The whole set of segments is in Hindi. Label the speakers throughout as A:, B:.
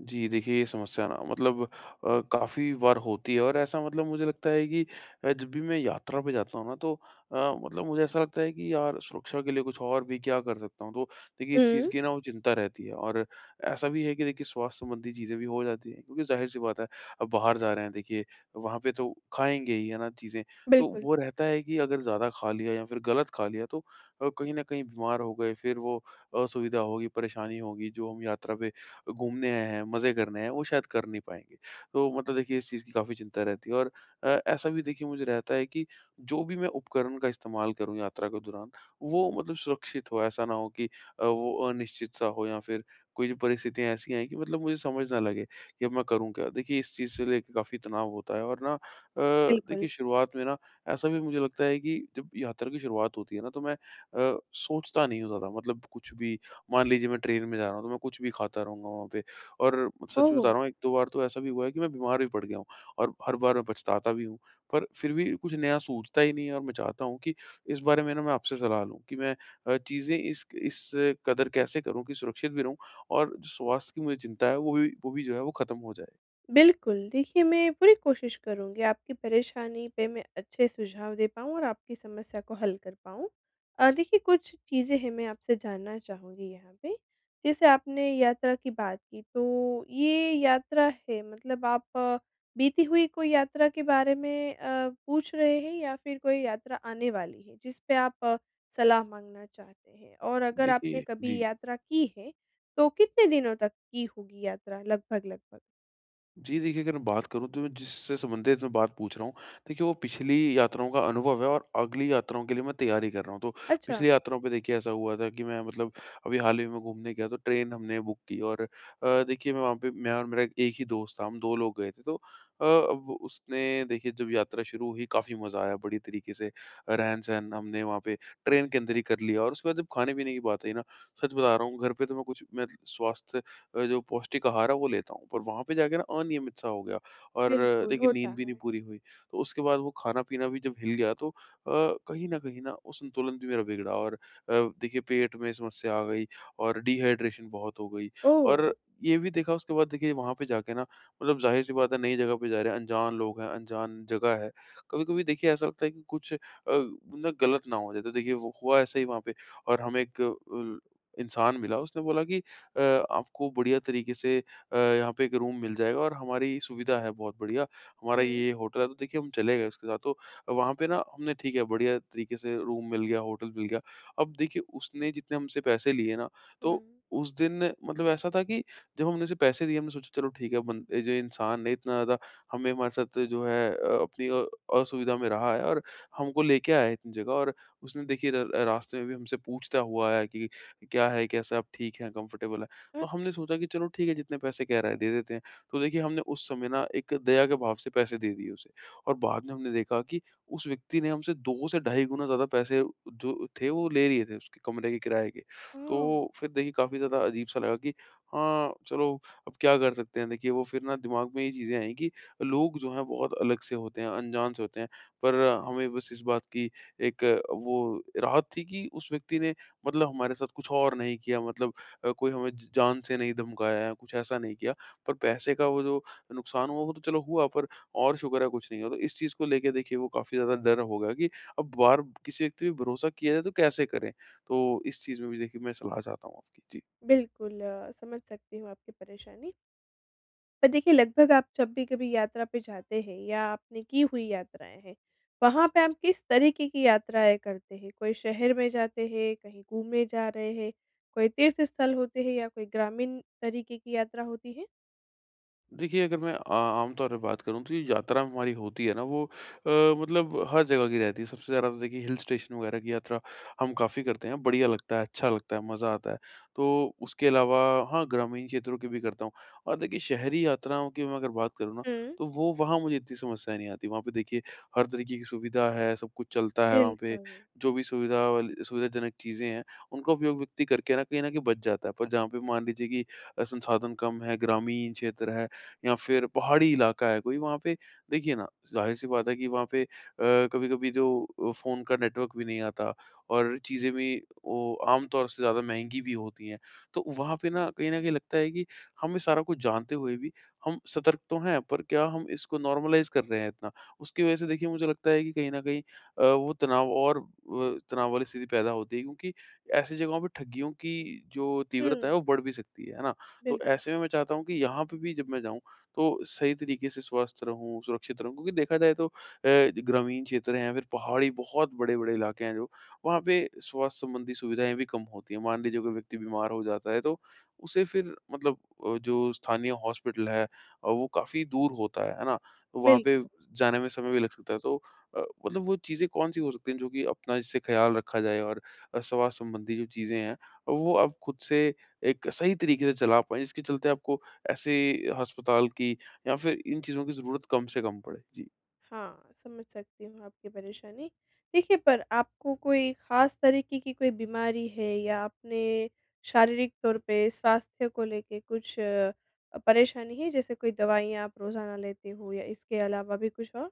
A: जी, देखिए ये समस्या ना मतलब काफ़ी बार होती है और ऐसा मतलब मुझे लगता है कि जब भी मैं यात्रा पे जाता हूँ ना तो अ, मतलब मुझे ऐसा लगता है कि यार सुरक्षा के लिए कुछ और भी क्या कर सकता हूँ? तो देखिए इस चीज़
B: हुँ,
A: की ना वो चिंता रहती है। और ऐसा भी है कि देखिए स्वास्थ्य संबंधी चीज़ें भी हो जाती हैं, क्योंकि ज़ाहिर-सी बात है अब बाहर जा रहे हैं। देखिए वहाँ पे तो खाएँगे ही, है ना, चीज़ें। तो
B: बिल्कुल,
A: वो रहता है कि अगर ज़्यादा खा लिया या फिर गलत खा लिया तो कहीं न कहीं बीमार हो गए, फिर वो असुविधा होगी, परेशानी होगी। जो हम यात्रा पे घूमने आए हैं, मज़े करने आए हैं, वो शायद कर नहीं पाएँगे। तो मतलब देखिए इस चीज़ की काफ़ी चिंता रहती है। और ऐसा भी देखिए मुझे रहता है कि जो भी मैं उपकरण का इस्तेमाल करूँ यात्रा के दौरान, वो मतलब सुरक्षित हो, ऐसा ना हो कि वो अनिश्चित सा हो या फिर कोई भी परिस्थितियाँ ऐसी आएँ कि मतलब मुझे समझ ना लगे कि अब मैं करूँ क्या? देखिए इस चीज़ से लेके काफ़ी तनाव होता है। और ना
B: बिल्कुल।
A: देखिए शुरुआत में ना ऐसा भी मुझे लगता है कि जब यात्रा की शुरुआत होती है ना तो मैं सोचता नहीं होता था मतलब कुछ भी। मान लीजिए मैं ट्रेन में जा रहा हूँ तो मैं कुछ भी खाता रहूँगा वहाँ पे। और सच
B: ओह!
A: बता रहा हूँ 1-2 बार तो ऐसा भी हुआ है कि मैं बीमार भी पड़ गया हूँ, और हर बार मैं पछताता भी हूँ। पर फिर भी कुछ नया सूझता ही नहीं है, और मैं चाहता हूँ कि इस बारे में ना मैं आपसे सलाह लूँ कि मैं चीज़ें इस कदर कैसे करूँ कि सुरक्षित भी रहूँ, और जो स्वास्थ्य की मुझे चिंता है वो भी जो है वो ख़त्म हो जाए।
B: बिल्कुल, देखिए मैं पूरी कोशिश करूँगी आपकी परेशानी पे मैं अच्छे सुझाव दे पाऊँ और आपकी समस्या को हल कर पाऊँ। देखिए कुछ चीज़ें हैं मैं आपसे जानना चाहूँगी यहाँ पे। जैसे आपने यात्रा की बात की तो ये यात्रा है मतलब आप बीती हुई कोई यात्रा के बारे में पूछ रहे हैं या फिर कोई यात्रा आने वाली है जिस पे आप सलाह माँगना चाहते हैं? और अगर आपने
A: देखिए
B: कभी
A: जी।
B: यात्रा की है तो कितने दिनों तक की होगी यात्रा लगभग-लगभग?
A: जी, देखिए अगर मैं बात करूँ तो मैं जिससे संबंधित मैं बात पूछ रहा हूँ, देखिए वो पिछली यात्राओं का अनुभव है और अगली यात्राओं के लिए मैं तैयारी कर रहा हूँ। तो
B: अच्छा।
A: पिछली यात्राओं पे देखिए ऐसा हुआ था कि मैं मतलब अभी हाल ही में घूमने गया तो ट्रेन हमने बुक की। और देखिए मैं वहाँ पे मैं और मेरा एक ही दोस्त था, हम 2 लोग गए थे। तो अब उसने देखिए जब यात्रा शुरू हुई काफ़ी मज़ा आया, बड़ी तरीके से रहन-सहन हमने वहाँ पे ट्रेन के अंदर ही कर लिया। और उसके बाद जब खाने-पीने की बात आई ना, सच बता रहा हूँ घर पे तो मैं कुछ मैं स्वास्थ्य जो पौष्टिक आहार है वो लेता हूँ, पर वहाँ पे जाके ना अनियमित सा हो गया, और
B: बिल्कुल,
A: लेकिन नींद
B: होता
A: भी नहीं
B: है।
A: पूरी हुई। तो उसके बाद वो खाना-पीना भी जब हिल गया तो कहीं न कहीं ना वो संतुलन भी मेरा बिगड़ा, और देखिए पेट में समस्या आ गई, और डिहाइड्रेशन बहुत हो गई।
B: ओह!
A: और ये भी देखा उसके बाद। देखिए वहाँ पे जाके ना मतलब ज़ाहिर-सी बात है नई जगह पे जा रहे हैं, अनजान लोग हैं, अनजान जगह है। कभी-कभी देखिए ऐसा लगता है कि कुछ ना गलत ना हो जाए, तो देखिए वो हुआ ऐसा ही वहाँ पे। और हमें एक इंसान मिला, उसने बोला कि अ, आपको बढ़िया तरीके से यहाँ पे एक रूम मिल जाएगा और हमारी सुविधा है बहुत बढ़िया, हमारा
B: हुँ,
A: ये होटल है। तो देखिए हम चले गए उसके साथ। तो वहाँ पे ना हमने ठीक है बढ़िया तरीके से रूम मिल गया, होटल मिल गया। अब देखिए उसने जितने हमसे पैसे लिए ना, तो
B: हुँ।
A: उस दिन मतलब ऐसा था कि जब हमने उसे पैसे दिए, हमने सोचा चलो ठीक है बन ये जो इंसान है इतना ज़्यादा हमें हमारे साथ जो है अपनी असुविधा में रहा है और हमको लेके आया है इतनी जगह। और उसने देखिए र रास्ते में भी हमसे पूछता हुआ आया कि क्या है, कैसा है, आप ठीक हैं, कंफर्टेबल। तो हमने सोचा कि चलो ठीक है जितने पैसे कह रहा है दे देते हैं। तो देखिए हमने उस समय ना एक दया के भाव से पैसे दे दिए उसे। और बाद में हमने देखा कि उस व्यक्ति ने हमसे 2 से ढाई गुना ज़्यादा पैसे जो थे वो ले लिए थे उसके कमरे के किराए के।
B: अच्छा,
A: तो फिर देखिए काफ़ी ज़्यादा अजीब-सा लगा कि हाँ, चलो अब क्या कर सकते हैं। देखिए वो फिर ना दिमाग में ये चीज़ें आई कि लोग जो हैं बहुत अलग से होते हैं, अनजान से होते हैं। पर हमें बस इस बात की एक वो राहत थी कि उस व्यक्ति ने मतलब हमारे साथ कुछ और नहीं किया, मतलब कोई हमें ज जान से नहीं धमकाया है, कुछ ऐसा नहीं किया। पर पैसे का वो जो नुकसान हुआ, वो तो चलो हुआ, पर और शुक्र है कुछ नहीं हुआ। तो इस चीज़ को लेके देखिए वो काफ़ी ज़्यादा डर हो गया कि अब बार किसी व्यक्ति पे भरोसा किया जाए तो कैसे करें? तो इस चीज़ में भी देखिए मैं सलाह चाहता हूँ आपकी। जी।
B: बिल्कुल समझ सकती हूँ आपकी परेशानी। पर देखिए लगभग आप जब भी कभी यात्रा पे जाते हैं या आपने की हुई यात्राएँ हैं, वहाँ पे आप किस तरीके की यात्राएँ करते हैं? कोई शहर में जाते हैं, कहीं घूमने जा रहे हैं, कोई तीर्थ स्थल होते हैं या कोई ग्रामीण तरीके की यात्रा होती है?
A: देखिए, अगर मैं आ आमतौर पे बात करूँ तो ये यात्रा हमारी होती है ना वो मतलब हर जगह की रहती है। सबसे ज़्यादा तो देखिए हिल स्टेशन वगैरह की यात्रा हम काफ़ी करते हैं, बढ़िया लगता है, अच्छा लगता है, मज़ा आता है। तो उसके अलावा हाँ, ग्रामीण क्षेत्रों की भी करता हूँ। और देखिए शहरी यात्राओं की मैं अगर बात करूँ ना,
B: हुँ।
A: तो वो वहाँ मुझे इतनी समस्या नहीं आती। वहाँ पे देखिए हर तरीके की सुविधा है, सब कुछ चलता है वहाँ पे।
B: बिल्कुल।
A: जो भी सुविधा वाली सुविधाजनक चीज़ें हैं, उनका उपयोग व्यक्ति करके ना कहीं न कहीं बच जाता है। पर जहाँ पे मान लीजिए कि संसाधन कम है, ग्रामीण क्षेत्र है या फिर पहाड़ी इलाका है कोई, वहाँ पे देखिए ना ज़ाहिर-सी बात है कि वहाँ पे कभी-कभी जो फ़ोन का नेटवर्क भी नहीं आता, और चीज़ें भी वो आम तौर से ज़्यादा महँगी भी होती हैं। तो वहाँ पे ना कहीं न कहीं लगता है कि हम ये सारा कुछ जानते हुए भी हम सतर्क तो हैं, पर क्या हम इसको नॉर्मलाइज़ कर रहे हैं इतना? उसकी वजह से देखिए मुझे लगता है कि कहीं न कहीं वो तनाव और तनाव वाली स्थिति पैदा होती है, क्योंकि ऐसी जगहों पे ठगियों की जो
B: हुँ।
A: तीव्रता है वो बढ़ भी सकती है ना? तो
B: बिल्कुल,
A: ऐसे में मैं चाहता हूँ कि यहाँ पे भी जब मैं जाऊँ तो सही तरीके से स्वस्थ रहूँ, सुरक्षित रहूँ, क्योंकि देखा जाए तो ग्रामीण क्षेत्र हैं फिर पहाड़ी बहुत बड़े-बड़े इलाके हैं जो, वहाँ पे स्वास्थ्य संबंधी सुविधाएँ भी कम होती हैं। मान लीजिए कोई व्यक्ति बीमार हो जाता है तो उसे फिर मतलब जो स्थानीय हॉस्पिटल है वो काफ़ी दूर होता है ना? तो वहाँ
B: बिल
A: पे जाने में समय भी लग सकता है। तो मतलब वो चीज़ें कौन-सी हो सकती हैं जो कि अपना इससे ख़्याल रखा जाए, और स्वास्थ्य संबंधी जो चीज़ें हैं, वो आप खुद से एक सही तरीके से चला पाएँ जिसके चलते आपको ऐसे अस्पताल की या फिर इन चीज़ों की ज़रूरत कम से कम पड़े। जी।
B: हाँ, समझ सकती हूँ आपकी परेशानी। देखिए, पर आपको कोई ख़ास तरीके की कोई बीमारी है या अपने शारीरिक तौर पे स्वास्थ्य को लेके कुछ परेशानी है? जैसे कोई दवाइयाँ आप रोज़ाना लेते हो या इसके अलावा भी कुछ और?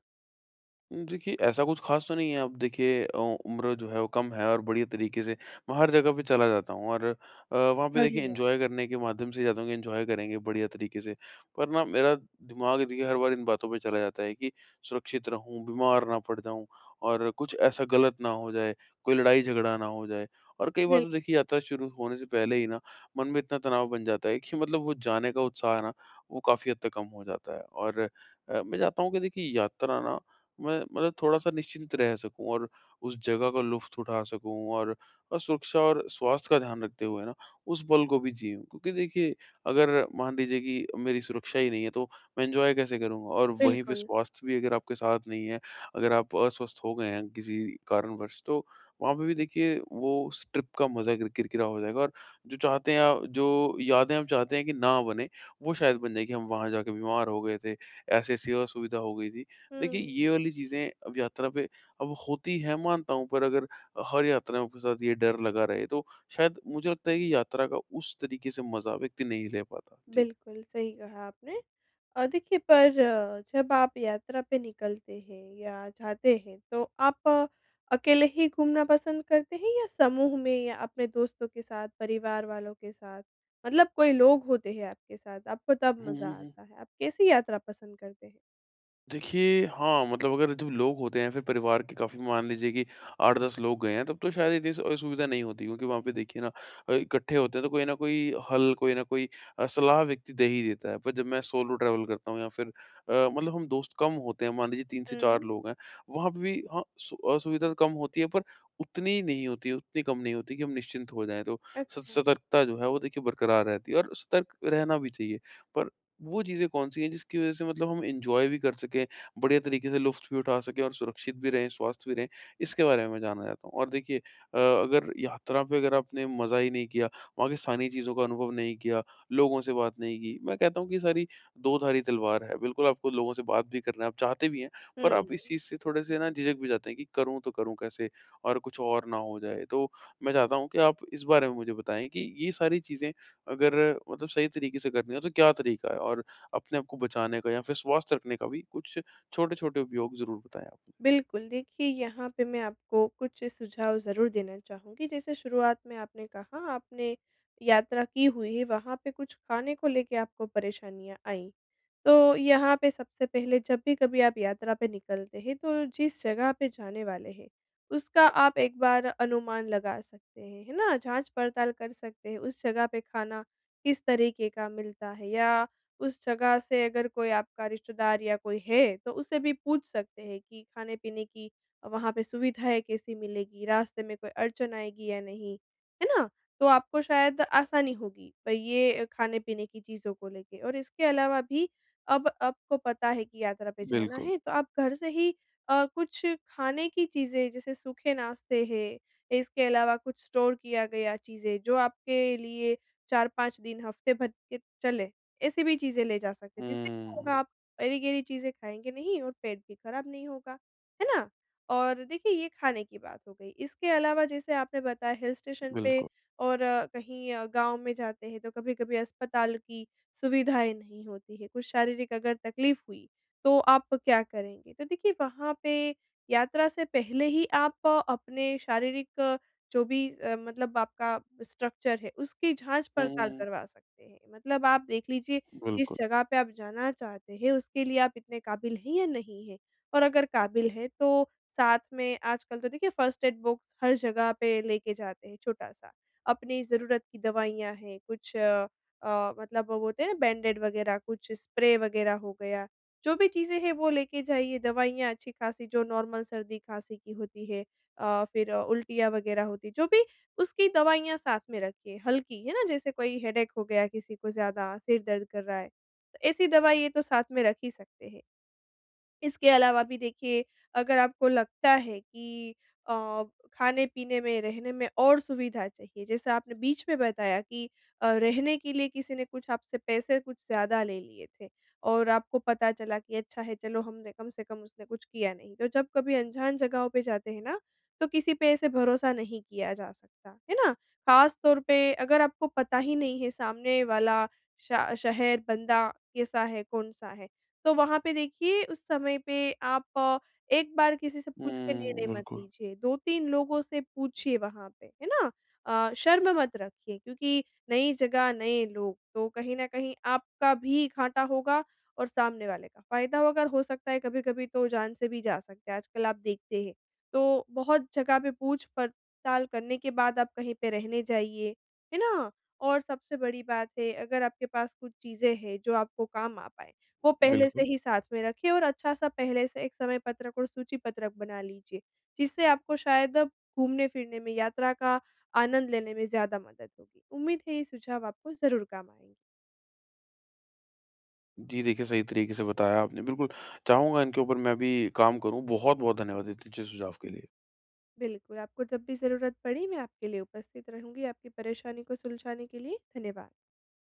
A: देखिए, ऐसा कुछ ख़ास तो नहीं है। अब देखिए उम्र जो है वो कम है और बढ़िया तरीके से मैं हर जगह पे चला जाता हूँ। और वहाँ पे देखिए
B: बढ़िया,
A: एन्जॉय करने के माध्यम से जाता हूँ कि एन्जॉय करेंगे बढ़िया तरीके से। पर ना मेरा दिमाग देखिए हर बार इन बातों पे चला जाता है कि सुरक्षित रहूँ, बीमार ना पड़ जाऊँ, और कुछ ऐसा गलत ना हो जाए, कोई लड़ाई-झगड़ा ना हो जाए। और कई बार
B: बिल
A: तो देखिए यात्रा शुरू होने से पहले ही ना मन में इतना तनाव बन जाता है कि मतलब वो जाने का उत्साह है ना, वो काफ़ी हद तक कम हो जाता है। और मैं चाहता हूँ कि देखिए यात्रा ना, मैं मतलब थोड़ा-सा निश्चिंत रह सकूँ और उस जगह का लुफ्त उठा सकूँ, और सुरक्षा और स्वास्थ्य का ध्यान रखते हुए ना, उस पल को भी जियूँ। क्योंकि देखिए, अगर मान लीजिए कि मेरी सुरक्षा ही नहीं है, तो मैं एन्जॉय कैसे करूँगा? और वहीं पे
B: बिल्कुल।
A: स्वास्थ्य भी अगर आपके साथ नहीं है, अगर आप अस्वस्थ हो गए हैं किसी कारणवश, तो वहाँ पे भी देखिए वो उस ट्रिप का मज़ा किरकिरा हो जाएगा। और जो चाहते हैं आप, जो यादें हम चाहते हैं कि ना बने, वो शायद बन जाएँ कि हम वहाँ जाके बीमार हो गए थे, ऐसी-ऐसी असुविधा हो गई थी।
B: हुँ।
A: देखिए, ये वाली चीज़ें अब यात्रा पे अब होती हैं मानता हूँ, पर अगर हर यात्राओं के साथ ये डर लगा रहे तो शायद मुझे लगता है कि यात्रा का उस तरीके से मज़ा व्यक्ति नहीं ले पाता। जी।
B: बिल्कुल, सही कहा आपने। देखिए पर जब आप यात्रा पे निकलते हैं या जाते हैं तो आप अकेले ही घूमना पसंद करते हैं या समूह में या अपने दोस्तों के साथ, परिवार वालों के साथ? मतलब कोई लोग होते हैं आपके साथ, आपको तब
A: हुँ,
B: मज़ा
A: हुँ, हुँ।
B: आता है। आप कैसी यात्रा पसंद करते हैं?
A: देखिए, हाँ, मतलब अगर जब लोग होते हैं फिर परिवार के काफ़ी, मान लीजिए कि 8-10 लोग गए हैं तब तो शायद इतनी असुविधा नहीं होती, क्योंकि वहाँ पे देखिए ना इकट्ठे होते हैं तो कोई ना कोई हल, कोई ना कोई सलाह व्यक्ति दे ही देता है। पर जब मैं सोलो ट्रैवल करता हूँ या फिर मतलब हम दोस्त कम होते हैं, मान लीजिए 3 से 4
B: हुँ,
A: लोग हैं, वहाँ पे भी हाँ, सु असुविधा तो कम होती है, पर उतनी नहीं होती है, उतनी कम नहीं होती कि हम निश्चिंत हो जाएँ। तो स
B: अच्छा।
A: सतर्कता जो है वो देखिए बरकरार रहती है, और सतर्क रहना भी चाहिए। पर वो चीज़ें कौन-सी हैं जिसकी वज़ह से मतलब हम एन्जॉय भी कर सकें, बढ़िया तरीके से लुफ़्त भी उठा सकें और सुरक्षित भी रहें, स्वस्थ भी रहें, इसके बारे में मैं जानना चाहता हूँ? और देखिए अगर यात्रा पे अगर आपने मज़ा ही नहीं किया, वहाँ की स्थानीय चीज़ों का अनुभव नहीं किया, लोगों से बात नहीं की, मैं कहता हूँ कि ये सारी दो-धारी तलवार है। बिल्कुल आपको लोगों से बात भी करना है, आप चाहते भी हैं, पर आप इस
B: हुँ।
A: चीज़ से थोड़े-से ना झिझक भी जाते हैं कि करूँ तो करूँ कैसे, और कुछ और ना हो जाए। तो मैं चाहता हूँ कि आप इस बारे में मुझे बताएँ कि ये सारी चीज़ें अगर मतलब सही तरीके से करनी हो तो क्या तरीका है? और अपने आप को बचाने का या फिर स्वास्थ्य रखने का भी कुछ छोटे-छोटे उपयोग ज़रूर बताएँ आप? मुझे।
B: बिल्कुल, देखिए यहाँ पे मैं आपको कुछ सुझाव ज़रूर देना चाहूँगी। जैसे शुरुआत में आपने कहा आपने यात्रा की हुई है, वहाँ पे कुछ खाने को लेके आपको परेशानियाँ आईं। तो यहाँ पे सबसे पहले जब भी कभी आप यात्रा पे निकलते हैं, तो जिस जगह पे जाने वाले हैं, उसका आप एक बार अनुमान लगा सकते हैं, है ना? जाँच-पड़ताल कर सकते हैं, उस जगह पे खाना किस तरीके का मिलता है या उस जगह से अगर कोई आपका रिश्तेदार या कोई है, तो उससे भी पूछ सकते हैं कि खाने-पीने की वहाँ पे सुविधाएँ कैसी मिलेगी, रास्ते में कोई अड़चन आएगी या नहीं, है ना? तो आपको शायद आसानी होगी ये खाने-पीने की चीज़ों को लेके और इसके अलावा भी अब आपको पता है कि यात्रा पे जाना
A: बिल्कुल।
B: है, तो आप घर से ही कुछ खाने की चीज़ें जैसे सूखे नाश्ते हैं, इसके अलावा कुछ स्टोर किया गया चीज़ें जो आपके लिए 4-5 दिन, हफ़्ते भर के चले। ऐसी भी चीज़ें ले जा सकते हैं, जिससे क्या होगा
A: हुँ,
B: आप अरी-गरी चीज़ें खाएँगे नहीं और पेट भी खराब नहीं होगा, है ना? और देखिए ये खाने की बात हो गई, इसके अलावा जैसे आपने बताया हिल स्टेशन पे
A: बिल्कुल।
B: और कहीं गाँव में जाते हैं तो कभी-कभी अस्पताल की सुविधाएँ नहीं होती हैं, कुछ शारीरिक अगर तकलीफ़ हुई, तो आप क्या करेंगे? तो देखिए वहाँ पे यात्रा से पहले ही आप अपने शारीरिक जो भी मतलब आपका स्ट्रक्चर है, उसकी जाँच-पड़ताल
A: हुँ,
B: करवा सकते हैं। मतलब आप देख लीजिए, जिस
A: बिल्कुल।
B: जगह पे आप जाना चाहते हैं, उसके लिए आप इतने काबिल हैं या नहीं हैं? और अगर काबिल हैं, तो साथ में आजकल तो देखिए फ़र्स्ट एड बॉक्स हर जगह पे लेके जाते हैं छोटा-सा। अपनी ज़रूरत की दवाइयाँ हैं, कुछ मतलब वो होते हैं ना बैंडेड वगैरह, कुछ स्प्रे वगैरह हो गया। जो भी चीज़ें हैं, वो लेके जाइए, दवाइयाँ अच्छी-खासी जो नॉर्मल सर्दी-खाँसी की होती है। फिर उल्टियाँ वगैरह होती जो भी उसकी दवाइयाँ साथ में रखिए हल्की, है ना? जैसे कोई हेडेक हो गया किसी को ज़्यादा, सिर दर्द कर रहा है, तो ऐसी दवाई ये तो साथ में रख ही सकते हैं। इसके अलावा भी देखिए अगर आपको लगता है कि अ, खाने-पीने में, रहने में और सुविधा चाहिए, जैसे आपने बीच में बताया कि रहने के लिए किसी ने कुछ आपसे पैसे कुछ ज़्यादा ले लिए थे और आपको पता चला कि अच्छा है चलो हमने कम से कम उसने कुछ किया नहीं। तो जब कभी अनजान जगहों पे जाते हैं ना, तो किसी पे ऐसे भरोसा नहीं किया जा सकता, है ना? ख़ास तौर पे अगर आपको पता ही नहीं है सामने वाला शा शहर बंदा कैसा है, कौन-सा है। तो वहाँ पे देखिए उस समय पे आप एक बार किसी से पूछ के
A: हुँ,
B: निर्णय मत
A: बिल्कुल,
B: लीजिए, 2-3 लोगों से पूछिए वहाँ पे, है ना? शर्म मत रखिए क्योंकि नई जगह, नए लोग, तो कहीं न कहीं आपका भी घाटा होगा और सामने वाले का फ़ायदा होगा और हो सकता है कभी-कभी तो जान से भी जा सकते हैं, आजकल आप देखते हैं। तो बहुत जगह पे पूछ-पड़ताल करने के बाद आप कहीं पे रहने जाइए, है ना? और सबसे बड़ी बात है अगर आपके पास कुछ चीज़ें हैं जो आपको काम आ पाएँ। वो पहले से
A: बिल्कुल।
B: ही साथ में रखिए और अच्छा-सा पहले से एक समय पत्रक और सूची पत्रक बना लीजिए, जिससे आपको शायद घूमने-फिरने में, यात्रा का आनंद लेने में ज़्यादा मदद होगी। उम्मीद है ये सुझाव आपको ज़रूर काम आएँगे।
A: जी, देखिए सही तरीके से बताया आपने। बिल्कुल, चाहूँगा इनके ऊपर मैं भी काम करूँ। बहुत-बहुत धन्यवाद इतने अच्छे सुझाव के लिए।
B: बिल्कुल, आपको जब भी ज़रूरत पड़ी मैं आपके लिए उपस्थित रहूँगी, आपकी परेशानी को सुलझाने के लिए धन्यवाद।